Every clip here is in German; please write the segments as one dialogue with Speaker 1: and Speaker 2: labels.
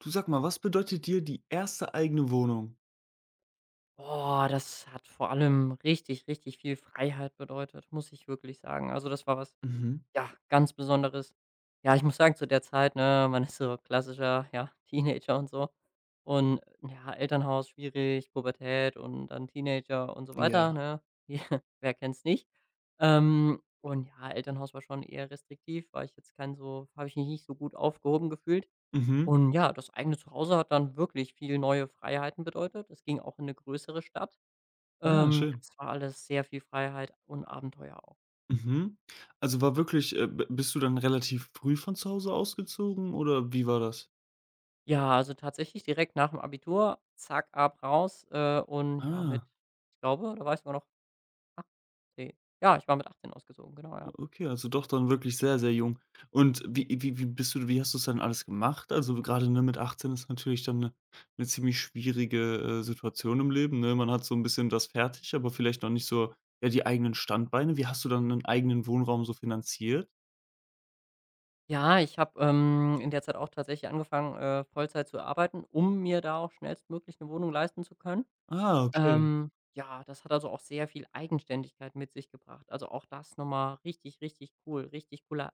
Speaker 1: Du sag mal, was bedeutet dir die erste eigene Wohnung?
Speaker 2: Boah, das hat vor allem richtig, richtig viel Freiheit bedeutet, muss ich wirklich sagen. Also das war was,
Speaker 1: Mhm.
Speaker 2: ja, ganz Besonderes. Ja, ich muss sagen, zu der Zeit, ne, man ist so klassischer, ja, Teenager und so. Und ja, Elternhaus schwierig, Pubertät und dann Teenager und so weiter,
Speaker 1: Ja.
Speaker 2: ne? Wer kennt's nicht? Und ja, Elternhaus war schon eher restriktiv, war ich jetzt kein so, habe ich mich nicht so gut aufgehoben gefühlt.
Speaker 1: Mhm.
Speaker 2: Und ja, das eigene Zuhause hat dann wirklich viel neue Freiheiten bedeutet. Es ging auch in eine größere Stadt.
Speaker 1: Ja,
Speaker 2: Ähm,
Speaker 1: schön.
Speaker 2: das war alles sehr viel Freiheit und Abenteuer auch.
Speaker 1: Mhm. Also war wirklich b bist du dann relativ früh von zu Hause ausgezogen oder wie war das?
Speaker 2: Ja, also tatsächlich direkt nach dem Abitur, zack, ab raus, und ja, mit
Speaker 1: Ah,
Speaker 2: ich glaube, da war ich sogar noch 18. Ja, ich war mit 18 ausgezogen, genau, ja.
Speaker 1: okay, also doch dann wirklich sehr, sehr jung. Und wie bist du wie hast du's dann alles gemacht? Also gerade ne, mit 18 ist natürlich dann eine 'ne ziemlich schwierige, Situation im Leben, ne? Man hat so ein bisschen das fertig, aber vielleicht noch nicht so, ja, die eigenen Standbeine. Wie hast du dann einen eigenen Wohnraum so finanziert?
Speaker 2: Ja, ich habe, in der Zeit auch tatsächlich angefangen, Vollzeit zu arbeiten, um mir da auch schnellstmöglich eine Wohnung leisten zu können.
Speaker 1: Ah, okay.
Speaker 2: Ja, das hat also auch sehr viel Eigenständigkeit mit sich gebracht. Also, auch das noch mal richtig, richtig cool, richtig cooler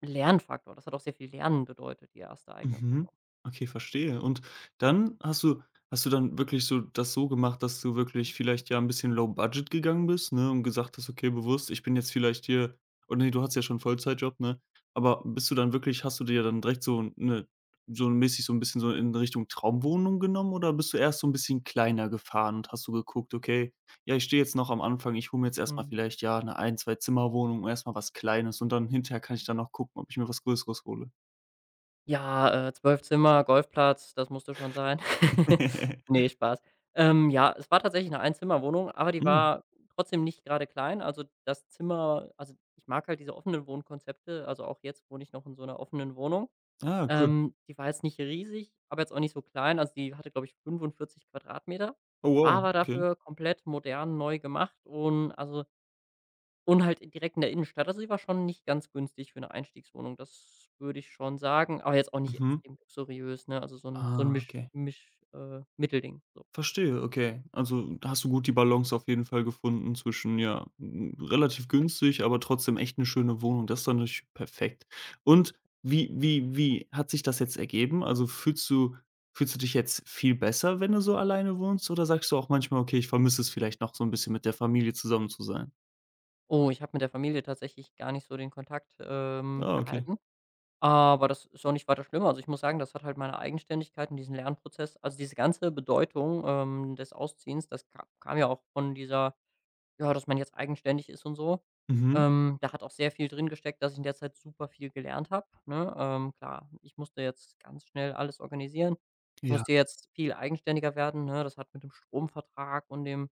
Speaker 2: Lernfaktor. Das hat auch sehr viel Lernen bedeutet, die erste eigene
Speaker 1: Mhm.
Speaker 2: Wohnung.
Speaker 1: Okay, verstehe. Und dann hast du dann wirklich so das so gemacht, dass du wirklich vielleicht ja ein bisschen low budget gegangen bist, ne, und gesagt hast: „Okay, bewusst, ich bin jetzt vielleicht hier“ oder nee, du hast ja schon 'n Vollzeitjob, ne? Aber bist du dann wirklich hast du dir dann direkt so eine so mäßig so ein bisschen so in Richtung Traumwohnung genommen oder bist du erst so ein bisschen kleiner gefahren und hast du geguckt: „Okay, ja, ich stehe jetzt noch am Anfang, ich hole mir jetzt erstmal
Speaker 2: Mhm.
Speaker 1: vielleicht, ja, eine Ein Zwei-Zimmer-Wohnung, erst was Kleines und dann hinterher kann ich dann noch gucken, ob ich mir was Größeres hole.“
Speaker 2: Ja, 12 Zimmer, Golfplatz, das musste schon sein. Ne, Spaß. Ja, es war tatsächlich eine Einzimmerwohnung, aber die
Speaker 1: Mhm.
Speaker 2: war trotzdem nicht gerade klein. Also, das Zimmer also, ich mag halt diese offenen Wohnkonzepte. Also, auch jetzt wohne ich noch in so einer offenen Wohnung.
Speaker 1: Ah, cool.
Speaker 2: Die war jetzt nicht riesig, aber jetzt auch nicht so klein. Also, die hatte, glaube ich, 45 Quadratmeter,
Speaker 1: Oh
Speaker 2: war
Speaker 1: wow,
Speaker 2: aber
Speaker 1: okay.
Speaker 2: dafür komplett modern neu gemacht und also und halt direkt in der Innenstadt. Also, die war schon nicht ganz günstig für 'ne Einstiegswohnung, das würde ich schon sagen, aber jetzt auch nicht
Speaker 1: Mhm.
Speaker 2: extrem luxuriös, ne? Also, so 'n
Speaker 1: Ah,
Speaker 2: Misch
Speaker 1: okay.
Speaker 2: Misch Mittelding, so.
Speaker 1: Verstehe, okay. Also, da hast du gut die Balance auf jeden Fall gefunden zwischen, ja, hm, relativ günstig, aber trotzdem echt eine schöne Wohnung. Das ist doch natürlich perfekt. Und wie hat sich das jetzt ergeben? Also, fühlst du dich jetzt viel besser, wenn du so alleine wohnst oder sagst du auch manchmal: „Okay, ich vermisse es vielleicht noch so ein bisschen mit der Familie zusammen zu sein?“
Speaker 2: Oh, ich habe mit der Familie tatsächlich gar nicht so den Kontakt,
Speaker 1: Ah, okay.
Speaker 2: gehalten, aber das ist auch nicht weiter schlimm. Also, ich muss sagen, das hat halt meine Eigenständigkeit und diesen Lernprozess also, diese ganze Bedeutung, des Ausziehens, das ka kam ja auch von dieser ja, dass man jetzt eigenständig ist und so.
Speaker 1: Mhm.
Speaker 2: Da hat auch sehr viel drin gesteckt, dass ich in der Zeit super viel gelernt habe, ne? Klar, ich musste jetzt ganz schnell alles organisieren. Ich
Speaker 1: Ja.
Speaker 2: musste jetzt viel eigenständiger werden, ne? Das hat mit dem Stromvertrag und dem,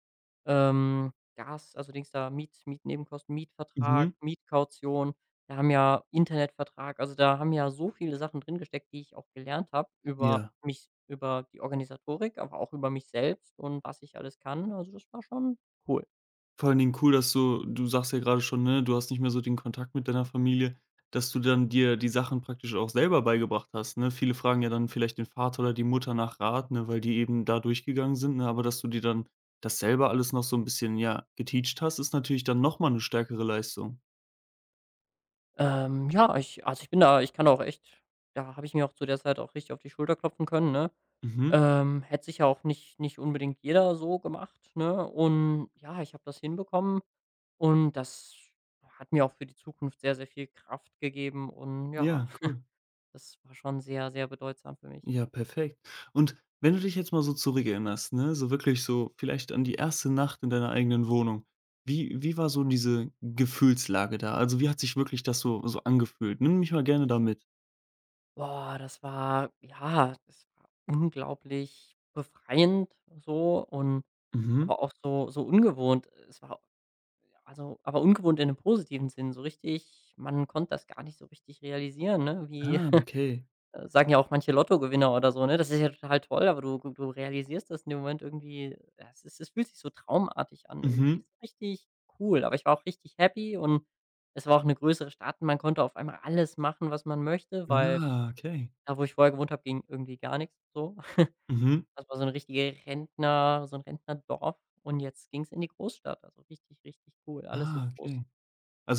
Speaker 2: Gas also, Dings da, Mietnebenkosten, Mietvertrag,
Speaker 1: Mhm.
Speaker 2: Mietkaution. Da haben ja Internetvertrag also, da haben ja so viele Sachen drin gesteckt, die ich auch gelernt habe über
Speaker 1: Ja.
Speaker 2: mich über die Organisatorik, aber auch über mich selbst und was ich alles kann. Also, das war schon cool.
Speaker 1: Vor allen Dingen cool, dass du sagst ja gerade schon, ne, du hast nicht mehr so den Kontakt mit deiner Familie, dass du dann dir die Sachen praktisch auch selber beigebracht hast, ne? Viele fragen ja dann vielleicht den Vater oder die Mutter nach Rat, ne, weil die eben da durchgegangen sind, ne? Aber dass du dir dann das selber alles noch so ein bisschen, ja, geteacht hast, ist natürlich dann noch mal 'ne stärkere Leistung.
Speaker 2: Ja, ich also, ich bin da ich kann auch echt da habe ich mir auch zu der Zeit auch richtig auf die Schulter klopfen können, ne?
Speaker 1: Mhm.
Speaker 2: Hätte sicher auch nicht unbedingt jeder so gemacht, ne? Und ja, ich habe das hinbekommen und das hat mir auch für die Zukunft sehr, sehr viel Kraft gegeben und ja,
Speaker 1: Ja, cool.
Speaker 2: das war schon sehr, sehr bedeutsam für mich.
Speaker 1: Ja, perfekt. Und wenn du dich jetzt mal so zurückerinnerst, ne, so wirklich so vielleicht an die erste Nacht in deiner eigenen Wohnung. Wie war so diese Gefühlslage da? Also, wie hat sich wirklich das so so angefühlt? Nimm mich mal gerne da mit.
Speaker 2: Boah, das war ja, das war unglaublich befreiend so und
Speaker 1: Mhm.
Speaker 2: aber auch so ungewohnt. Es war Also, aber ungewohnt in einem positiven Sinn, so richtig man konnte das gar nicht so richtig realisieren, ne? Wie
Speaker 1: Ah, okay.
Speaker 2: sagen ja auch manche Lottogewinner oder so, ne: „Das ist ja total toll", aber du realisierst das in dem Moment irgendwie ja, es fühlt sich so traumartig an irgendwie.
Speaker 1: Mhm.
Speaker 2: Ist richtig cool, aber ich war auch richtig happy und es war auch eine größere Stadt und man konnte auf einmal alles machen, was man möchte, weil
Speaker 1: Ah, okay.
Speaker 2: da, wo ich vorher gewohnt habe, ging irgendwie gar nichts so.
Speaker 1: Mhm.
Speaker 2: Das war so ein Rentnerdorf und jetzt ging's in die Großstadt. Also, richtig, richtig cool, alles so
Speaker 1: Ah,
Speaker 2: groß,
Speaker 1: okay.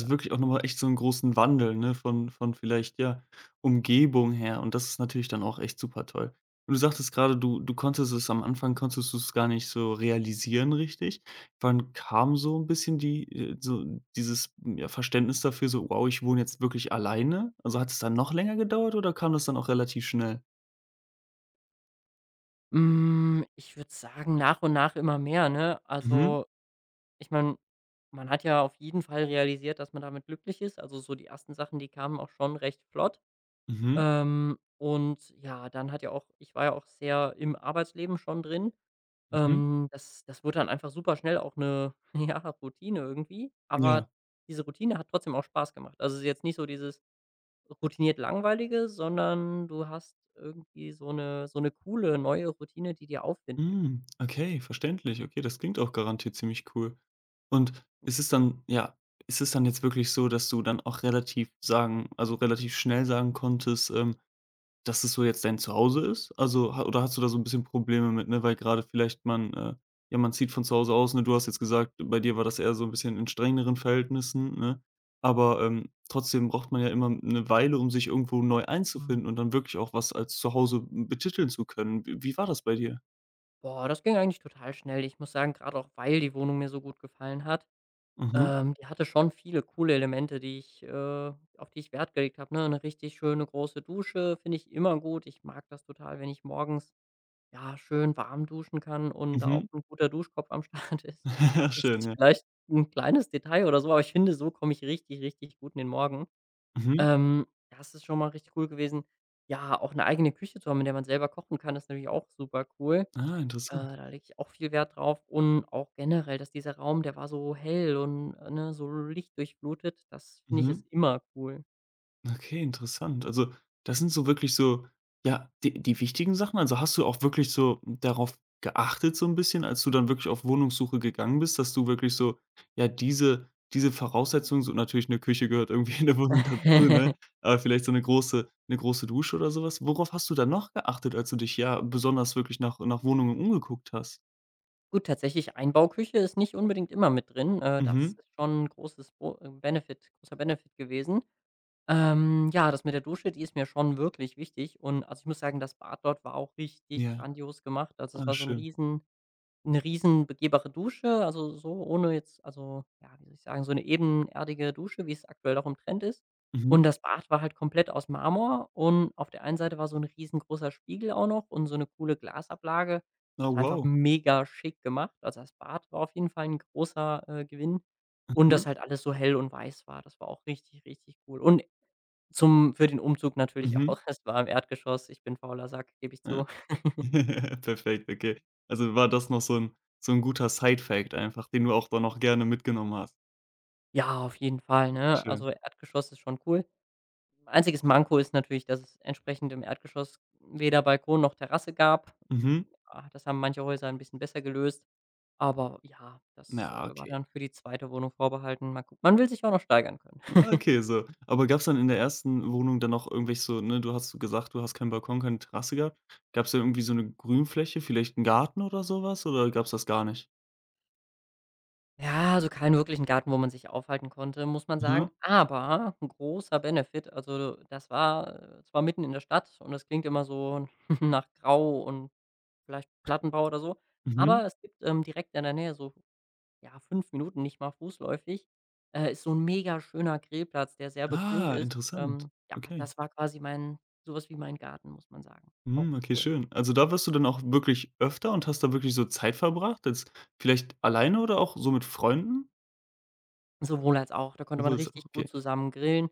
Speaker 2: ja.
Speaker 1: wirklich auch nochmal echt so einen großen Wandel, ne, von vielleicht, ja, Umgebung her und das ist natürlich dann auch echt super toll. Und du sagtest gerade du konntest es am Anfang konntest du es gar nicht so realisieren richtig. Wann kam so ein bisschen die so dieses, hm, ja, Verständnis dafür so: „Wow, ich wohne jetzt wirklich alleine?“ Also, hat es dann noch länger gedauert oder kam das dann auch relativ schnell?
Speaker 2: Hm, ich würde sagen, nach und nach immer mehr, ne?
Speaker 1: Mhm,
Speaker 2: Also, ich meine, man hat ja auf jeden Fall realisiert, dass man damit glücklich ist. Also, so die ersten Sachen, die kamen auch schon recht flott.
Speaker 1: mhm,
Speaker 2: Und ja, dann hat ja auch ich war ja auch sehr im Arbeitsleben schon drin.
Speaker 1: mhm,
Speaker 2: Das wurde dann einfach super schnell auch eine, ja, Routine irgendwie. Aber
Speaker 1: ja.
Speaker 2: diese Routine hat trotzdem auch Spaß gemacht. Also, es ist jetzt nicht so dieses routiniert Langweilige, sondern du hast irgendwie so eine coole neue Routine, die dir Aufwind gibt.
Speaker 1: Hm, okay, verständlich. Okay, das klingt auch garantiert ziemlich cool. Und ist es dann ja, ist es dann jetzt wirklich so, dass du dann auch relativ sagen also, relativ schnell sagen konntest, dass es so jetzt dein Zuhause ist? Also, ha oder hast du da so ein bisschen Probleme mit, ne, weil gerade vielleicht man ja, man zieht von zu Hause aus, ne? Du hast jetzt gesagt, bei dir war das eher so ein bisschen in strengeren Verhältnissen, ne? Aber, trotzdem braucht man ja immer eine Weile, um sich irgendwo neu einzufinden und dann wirklich auch was als Zuhause betiteln zu können. Wie war das bei dir?
Speaker 2: Boah, das ging eigentlich total schnell. Ich muss sagen, gerade auch, weil die Wohnung mir so gut gefallen hat.
Speaker 1: Mhm.
Speaker 2: Die hatte schon viele coole Elemente, die ich auf die ich Wert gelegt habe, ne? Eine richtig schöne große Dusche finde ich immer gut. Ich mag das total, wenn ich morgens, ja, schön warm duschen kann und da auch
Speaker 1: Mhm.
Speaker 2: ein guter Duschkopf am Start ist. Das
Speaker 1: Schön,
Speaker 2: ist
Speaker 1: ja.
Speaker 2: vielleicht ein kleines Detail oder so, aber ich finde, so komme ich richtig, richtig gut in den Morgen.
Speaker 1: Mhm.
Speaker 2: Das ist schon mal richtig cool gewesen. Ja, auch eine eigene Küche zu haben, in der man selber kochen kann, ist natürlich auch super cool.
Speaker 1: Ah,
Speaker 2: Äh,
Speaker 1: interessant.
Speaker 2: da lege ich auch viel Wert drauf und auch generell, dass dieser Raum, der war so hell und, ne, so lichtdurchflutet. Das finde ich
Speaker 1: Mhm.
Speaker 2: ist immer cool.
Speaker 1: Okay, interessant. Also, das sind so wirklich so, ja, die die wichtigen Sachen. Also, hast du auch wirklich so darauf geachtet so ein bisschen, als du dann wirklich auf Wohnungssuche gegangen bist, dass du wirklich so, ja, diese Voraussetzungen so natürlich eine Küche gehört irgendwie in der Wohnung dazu, ne? Aber vielleicht so eine große Dusche oder sowas Worauf hast du dann noch geachtet, als du dich, ja, besonders wirklich nach Wohnungen umgeguckt hast?
Speaker 2: Gut, tatsächlich Einbauküche ist nicht unbedingt immer mit drin. Das
Speaker 1: Mhm.
Speaker 2: ist schon ein großes Bo Benefit großer Benefit gewesen. Ja, das mit der Dusche, die ist mir schon wirklich wichtig und also, ich muss sagen, das Bad dort war auch richtig
Speaker 1: Ja.
Speaker 2: grandios gemacht. Also, es
Speaker 1: Ah,
Speaker 2: war
Speaker 1: schön.
Speaker 2: eine riesen begehbare Dusche, also, so ohne jetzt also, ja, wie soll ich sagen, so 'ne ebenerdige Dusche, wie es aktuell auch im Trend ist.
Speaker 1: Mhm.
Speaker 2: Und das Bad war halt komplett aus Marmor und auf der einen Seite war so ein riesengroßer Spiegel auch noch und so eine coole Glasablage.
Speaker 1: Oh,
Speaker 2: Das war einfach
Speaker 1: wow.
Speaker 2: mega schick gemacht. Also, das Bad war auf jeden Fall ein großer, Gewinn und dass
Speaker 1: Mhm.
Speaker 2: halt alles so hell und weiß war. Das war auch richtig, richtig cool. Und zum für den Umzug natürlich
Speaker 1: Mhm.
Speaker 2: auch. Es war im Erdgeschoss. Ich bin fauler Sack, gebe ich
Speaker 1: Ja.
Speaker 2: zu.
Speaker 1: Perfekt, okay. Also war das noch so 'n guter Side-Fact einfach, den du auch dann noch gerne mitgenommen hast.
Speaker 2: Ja, auf jeden Fall, ne? Also,
Speaker 1: Schön.
Speaker 2: Erdgeschoss ist schon cool. Einziges Manko ist natürlich, dass es entsprechend im Erdgeschoss weder Balkon noch Terrasse gab.
Speaker 1: Mhm.
Speaker 2: Hm, ah, das haben manche Häuser ein bisschen besser gelöst, aber ja, das,
Speaker 1: Ja,
Speaker 2: war
Speaker 1: okay.
Speaker 2: dann für die zweite Wohnung vorbehalten. Mal gucken man will sich auch noch steigern können.
Speaker 1: Ah, Okay, so. Aber gab's dann in der ersten Wohnung dann noch irgendwelche so ne, du hast so gesagt, du hast keinen Balkon, keine Terrasse gehabt. Gab's da irgendwie so 'ne Grünfläche, vielleicht 'n Garten oder so was, oder gab's das gar nicht?
Speaker 2: Ja, also, keinen wirklichen Garten, wo man sich aufhalten konnte, muss man
Speaker 1: Mhm.
Speaker 2: sagen, aber 'n großer Benefit, also, das war, zwar mitten in der Stadt und das klingt immer so nach Grau und vielleicht Plattenbau oder so, aber
Speaker 1: Mhm.
Speaker 2: es gibt, direkt in der Nähe so ja, 5 Minuten, nicht mal fußläufig, ist so ein mega schöner Grillplatz, der sehr begrünt
Speaker 1: Ah,
Speaker 2: ist.
Speaker 1: interessant.
Speaker 2: Ja,
Speaker 1: Okay.
Speaker 2: das war quasi mein sowas wie mein Garten, muss man sagen. Auch
Speaker 1: Mhm, okay,
Speaker 2: cool.
Speaker 1: schön. Also da warst du dann auch wirklich öfter und hast da wirklich so Zeit verbracht, jetzt vielleicht alleine oder auch so mit Freunden?
Speaker 2: Sowohl als auch. Da konnte
Speaker 1: Du
Speaker 2: man
Speaker 1: Sowas auch,
Speaker 2: richtig gut
Speaker 1: okay.
Speaker 2: zusammen grillen.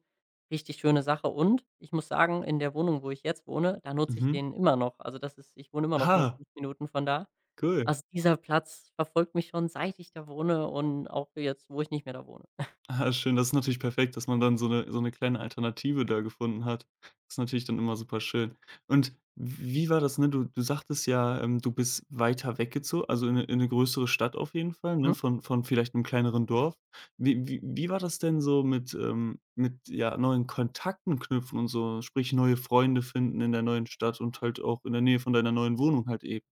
Speaker 2: Richtig schöne Sache und ich muss sagen, in der Wohnung, wo ich jetzt wohne, da nutze ich
Speaker 1: Mhm.
Speaker 2: den immer noch. Also, das ist ich wohne immer noch nur
Speaker 1: Ah,
Speaker 2: 5 Minuten von da.
Speaker 1: cool.
Speaker 2: Also, dieser Platz verfolgt mich schon, seit ich da wohne und auch jetzt, wo ich nicht mehr da wohne.
Speaker 1: Ah, schön. Das ist natürlich perfekt, dass man dann so 'ne kleine Alternative da gefunden hat. Ist natürlich dann immer super schön. Und wie war das, ne? Du sagtest ja, du bist weiter weggezo also in 'ne größere Stadt auf jeden Fall,
Speaker 2: Mhm.
Speaker 1: ne, von vielleicht 'nem kleineren Dorf. Wie war das denn so mit, ja, neuen Kontakten knüpfen und so, sprich neue Freunde finden in der neuen Stadt und halt auch in der Nähe von deiner neuen Wohnung halt eben?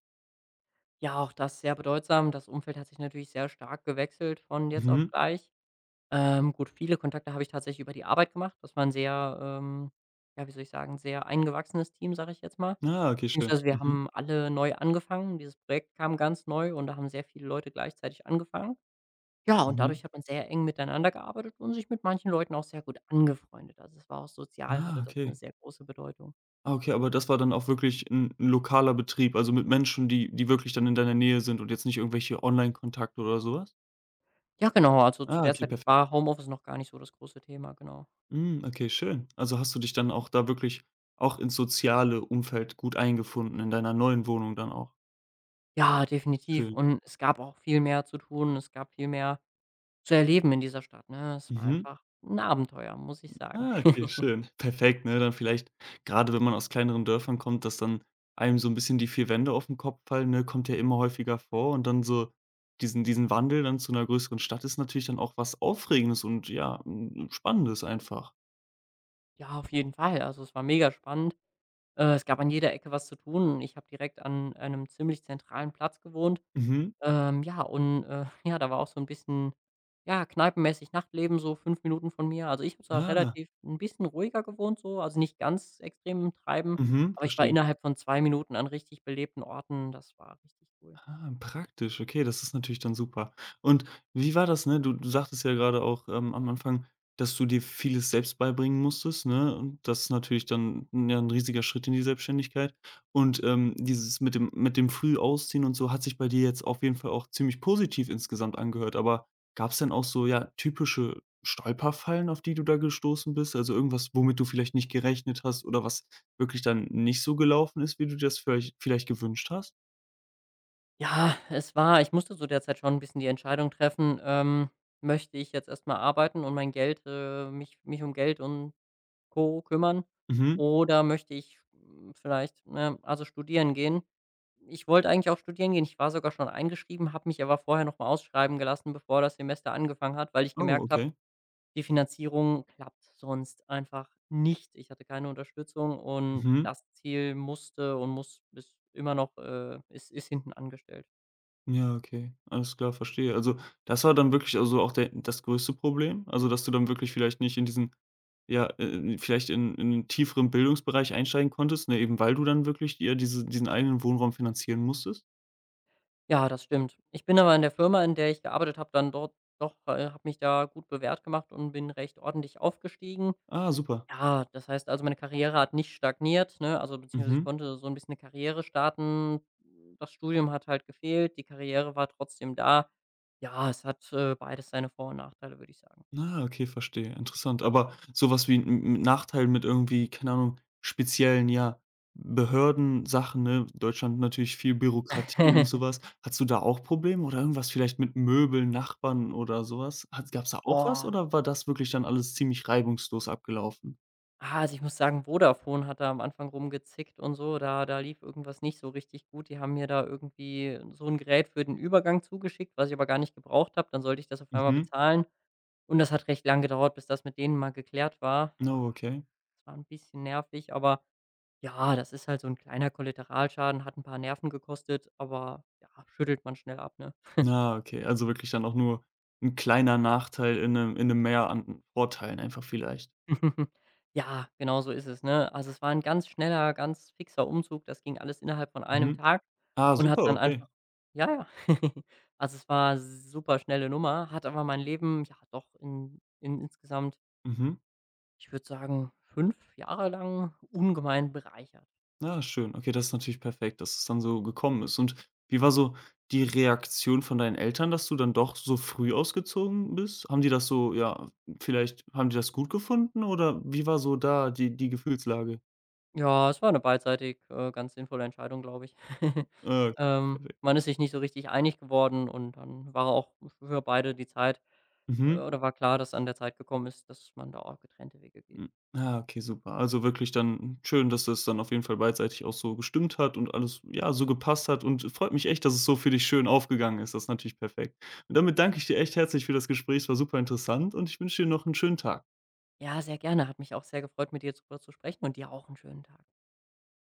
Speaker 2: Ja, auch das sehr bedeutsam. Das Umfeld hat sich natürlich sehr stark gewechselt von jetzt auf
Speaker 1: Mhm.
Speaker 2: gleich. Gut, viele Kontakte habe ich tatsächlich über die Arbeit gemacht. Das war ein sehr, ja, wie soll ich sagen, sehr eingewachsenes Team, sage ich jetzt mal.
Speaker 1: Ah, okay, schön.
Speaker 2: Beziehungsweise wir
Speaker 1: Mhm.
Speaker 2: haben alle neu angefangen. Dieses Projekt kam ganz neu und da haben sehr viele Leute gleichzeitig angefangen. Ja, und
Speaker 1: Mhm.
Speaker 2: dadurch hat man sehr eng miteinander gearbeitet und sich mit manchen Leuten auch sehr gut angefreundet. Also, es war auch sozial hatte
Speaker 1: Ah,
Speaker 2: das eine
Speaker 1: okay.
Speaker 2: sehr große Bedeutung.
Speaker 1: Ah, okay, aber das war dann auch wirklich 'n lokaler Betrieb, also mit Menschen, die wirklich dann in deiner Nähe sind und jetzt nicht irgendwelche Online-Kontakte oder so was?
Speaker 2: Ja, genau, also zu
Speaker 1: Ah,
Speaker 2: der
Speaker 1: okay,
Speaker 2: Zeit
Speaker 1: perfekt.
Speaker 2: war Homeoffice noch gar nicht so das große Thema, genau.
Speaker 1: Hm, okay, schön. Also hast du dich dann auch da wirklich auch ins soziale Umfeld gut eingefunden in deiner neuen Wohnung dann auch?
Speaker 2: Ja, definitiv
Speaker 1: Schön.
Speaker 2: und es gab auch viel mehr zu tun. Es gab viel mehr zu erleben in dieser Stadt, ne? Es war
Speaker 1: Mhm.
Speaker 2: einfach ein Abenteuer, muss ich sagen.
Speaker 1: Ah, okay, schön. Perfekt, ne? Dann vielleicht, gerade, wenn man aus kleineren Dörfern kommt, dass dann einem so ein bisschen die 4 Wände auf den Kopf fallen, ne? Kommt ja immer häufiger vor und dann so diesen Wandel dann zu einer größeren Stadt ist natürlich dann auch was Aufregendes und ja, hm, Spannendes einfach.
Speaker 2: Ja, auf jeden Fall. Also, es war megaspannend. Es gab an jeder Ecke was zu tun. Ich habe direkt an einem ziemlich zentralen Platz gewohnt.
Speaker 1: Mhm.
Speaker 2: Ja, und, ja, da war auch so ein bisschen, ja, kneipenmäßig Nachtleben, so 5 Minuten von mir. Also, ich habe zwar
Speaker 1: Ah.
Speaker 2: relativ ein bisschen ruhiger gewohnt so, also, nicht ganz extrem im Treiben,
Speaker 1: Mhm.
Speaker 2: aber ich war
Speaker 1: Verstehe.
Speaker 2: innerhalb von 2 Minuten an richtig belebten Orten. Das war richtig cool.
Speaker 1: Ah, praktisch, okay, das ist natürlich dann super. Und wie war das, ne? Du sagtest ja gerade auch, am Anfang, dass du dir vieles selbst beibringen musstest, ne? Und das ist natürlich dann, ja, ein riesiger Schritt in die Selbstständigkeit. Und, dieses mit dem früh Ausziehen und so hat sich bei dir jetzt auf jeden Fall auch ziemlich positiv insgesamt angehört. Aber gab es denn auch so, ja, typische Stolperfallen, auf die du da gestoßen bist? Also, irgendwas, womit du vielleicht nicht gerechnet hast oder was wirklich dann nicht so gelaufen ist, wie du dir das vielleicht gewünscht hast?
Speaker 2: Ja, es war ich musste zu der Zeit schon ein bisschen die Entscheidung treffen, möchte ich jetzt erstmal arbeiten und mein Geld mich um Geld und Co. kümmern
Speaker 1: Mhm.
Speaker 2: oder möchte ich, hm, vielleicht, ne, also studieren gehen. Ich wollte eigentlich auch studieren gehen. Ich war sogar schon eingeschrieben, habe mich aber vorher nochmal ausschreiben gelassen, bevor das Semester angefangen hat, weil ich
Speaker 1: Oh,
Speaker 2: gemerkt habe,
Speaker 1: okay.
Speaker 2: die Finanzierung klappt sonst einfach nicht. Ich hatte keine Unterstützung und
Speaker 1: Mhm.
Speaker 2: das Ziel musste und muss ist immer noch ist hinten angestellt.
Speaker 1: Ja, okay. Alles klar, verstehe. Also, das war dann wirklich also auch der das größte Problem? Also, dass du dann wirklich vielleicht nicht in diesen ja, vielleicht in 'nen tieferen Bildungsbereich einsteigen konntest, ne, eben weil du dann wirklich dir diesen eigenen Wohnraum finanzieren musstest?
Speaker 2: Ja, das stimmt. Ich bin aber in der Firma, in der ich gearbeitet habe, dann dort doch habe mich da gut bewährt gemacht und bin recht ordentlich aufgestiegen.
Speaker 1: Ah, super.
Speaker 2: Ja, das heißt also, meine Karriere hat nicht stagniert, ne? Also beziehungsweise ich
Speaker 1: Mhm.
Speaker 2: konnte so ein bisschen eine Karriere starten. Das Studium hat halt gefehlt, die Karriere war trotzdem da. Ja, es hat, beides seine Vor und Nachteile, würde ich sagen.
Speaker 1: Ah, okay, verstehe. Interessant. Aber sowas wie 'n Nachteil mit irgendwie, keine Ahnung, speziellen, ja, Behördensachen, ne? Deutschland natürlich viel Bürokratie und sowas was. Hattest du da auch Probleme oder irgendwas vielleicht mit Möbeln, Nachbarn oder sowas Hat gab's da auch was
Speaker 2: Boah.
Speaker 1: oder war das wirklich dann alles ziemlich reibungslos abgelaufen?
Speaker 2: Ah, also ich muss sagen, Vodafone hat da am Anfang rumgezickt und so. Da lief irgendwas nicht so richtig gut. Die haben mir da irgendwie so ein Gerät für den Übergang zugeschickt, was ich aber gar nicht gebraucht habe. Dann sollte ich das auf einmal
Speaker 1: Mhm.
Speaker 2: bezahlen und das hat recht lang gedauert, bis das mit denen mal geklärt war. Ah,
Speaker 1: Oh, okay.
Speaker 2: das war ein bisschen nervig, aber ja, das ist halt so ein kleiner Kollateralschaden, hat ein paar Nerven gekostet, aber ja, schüttelt man schnell ab, ne?
Speaker 1: Ah, okay. Also wirklich dann auch nur 'n kleiner Nachteil in 'nem Meer an Vorteilen einfach vielleicht.
Speaker 2: Ja, genau so ist es, ne? Also, es war ein ganz schneller, ganz fixer Umzug. Das ging alles innerhalb von einem
Speaker 1: Mhm.
Speaker 2: Tag
Speaker 1: Ah,
Speaker 2: und hat
Speaker 1: super,
Speaker 2: dann
Speaker 1: okay.
Speaker 2: einfach ja, ja. Also, es war super schnelle Nummer, hat aber mein Leben, ja, doch in insgesamt,
Speaker 1: Mhm.
Speaker 2: ich würde sagen, 5 Jahre lang ungemein bereichert.
Speaker 1: Na schön. Okay, das ist natürlich perfekt, dass es dann so gekommen ist. Und wie war so die Reaktion von deinen Eltern, dass du dann doch so früh ausgezogen bist? Haben die das so ja, vielleicht haben die das gut gefunden oder wie war so da die Gefühlslage?
Speaker 2: Ja, es war eine beidseitig, ganz sinnvolle Entscheidung, glaube ich.
Speaker 1: Ah, okay,
Speaker 2: Ähm,
Speaker 1: perfekt.
Speaker 2: man ist sich nicht so richtig einig geworden und dann war auch für beide die Zeit
Speaker 1: Mhm.
Speaker 2: oder war klar, dass an der Zeit gekommen ist, dass man da auch getrennte Wege geht.
Speaker 1: Hm. Ah, okay, super. Also wirklich dann schön, dass das dann auf jeden Fall beidseitig auch so gestimmt hat und alles, ja, so gepasst hat und freut mich echt, dass es so für dich schön aufgegangen ist. Das ist natürlich perfekt. Und damit danke ich dir echt herzlich für das Gespräch. Es war super interessant und ich wünsche dir noch einen schönen Tag.
Speaker 2: Ja, sehr gerne. Hat mich auch sehr gefreut, mit dir drüber zu sprechen und dir auch einen schönen Tag.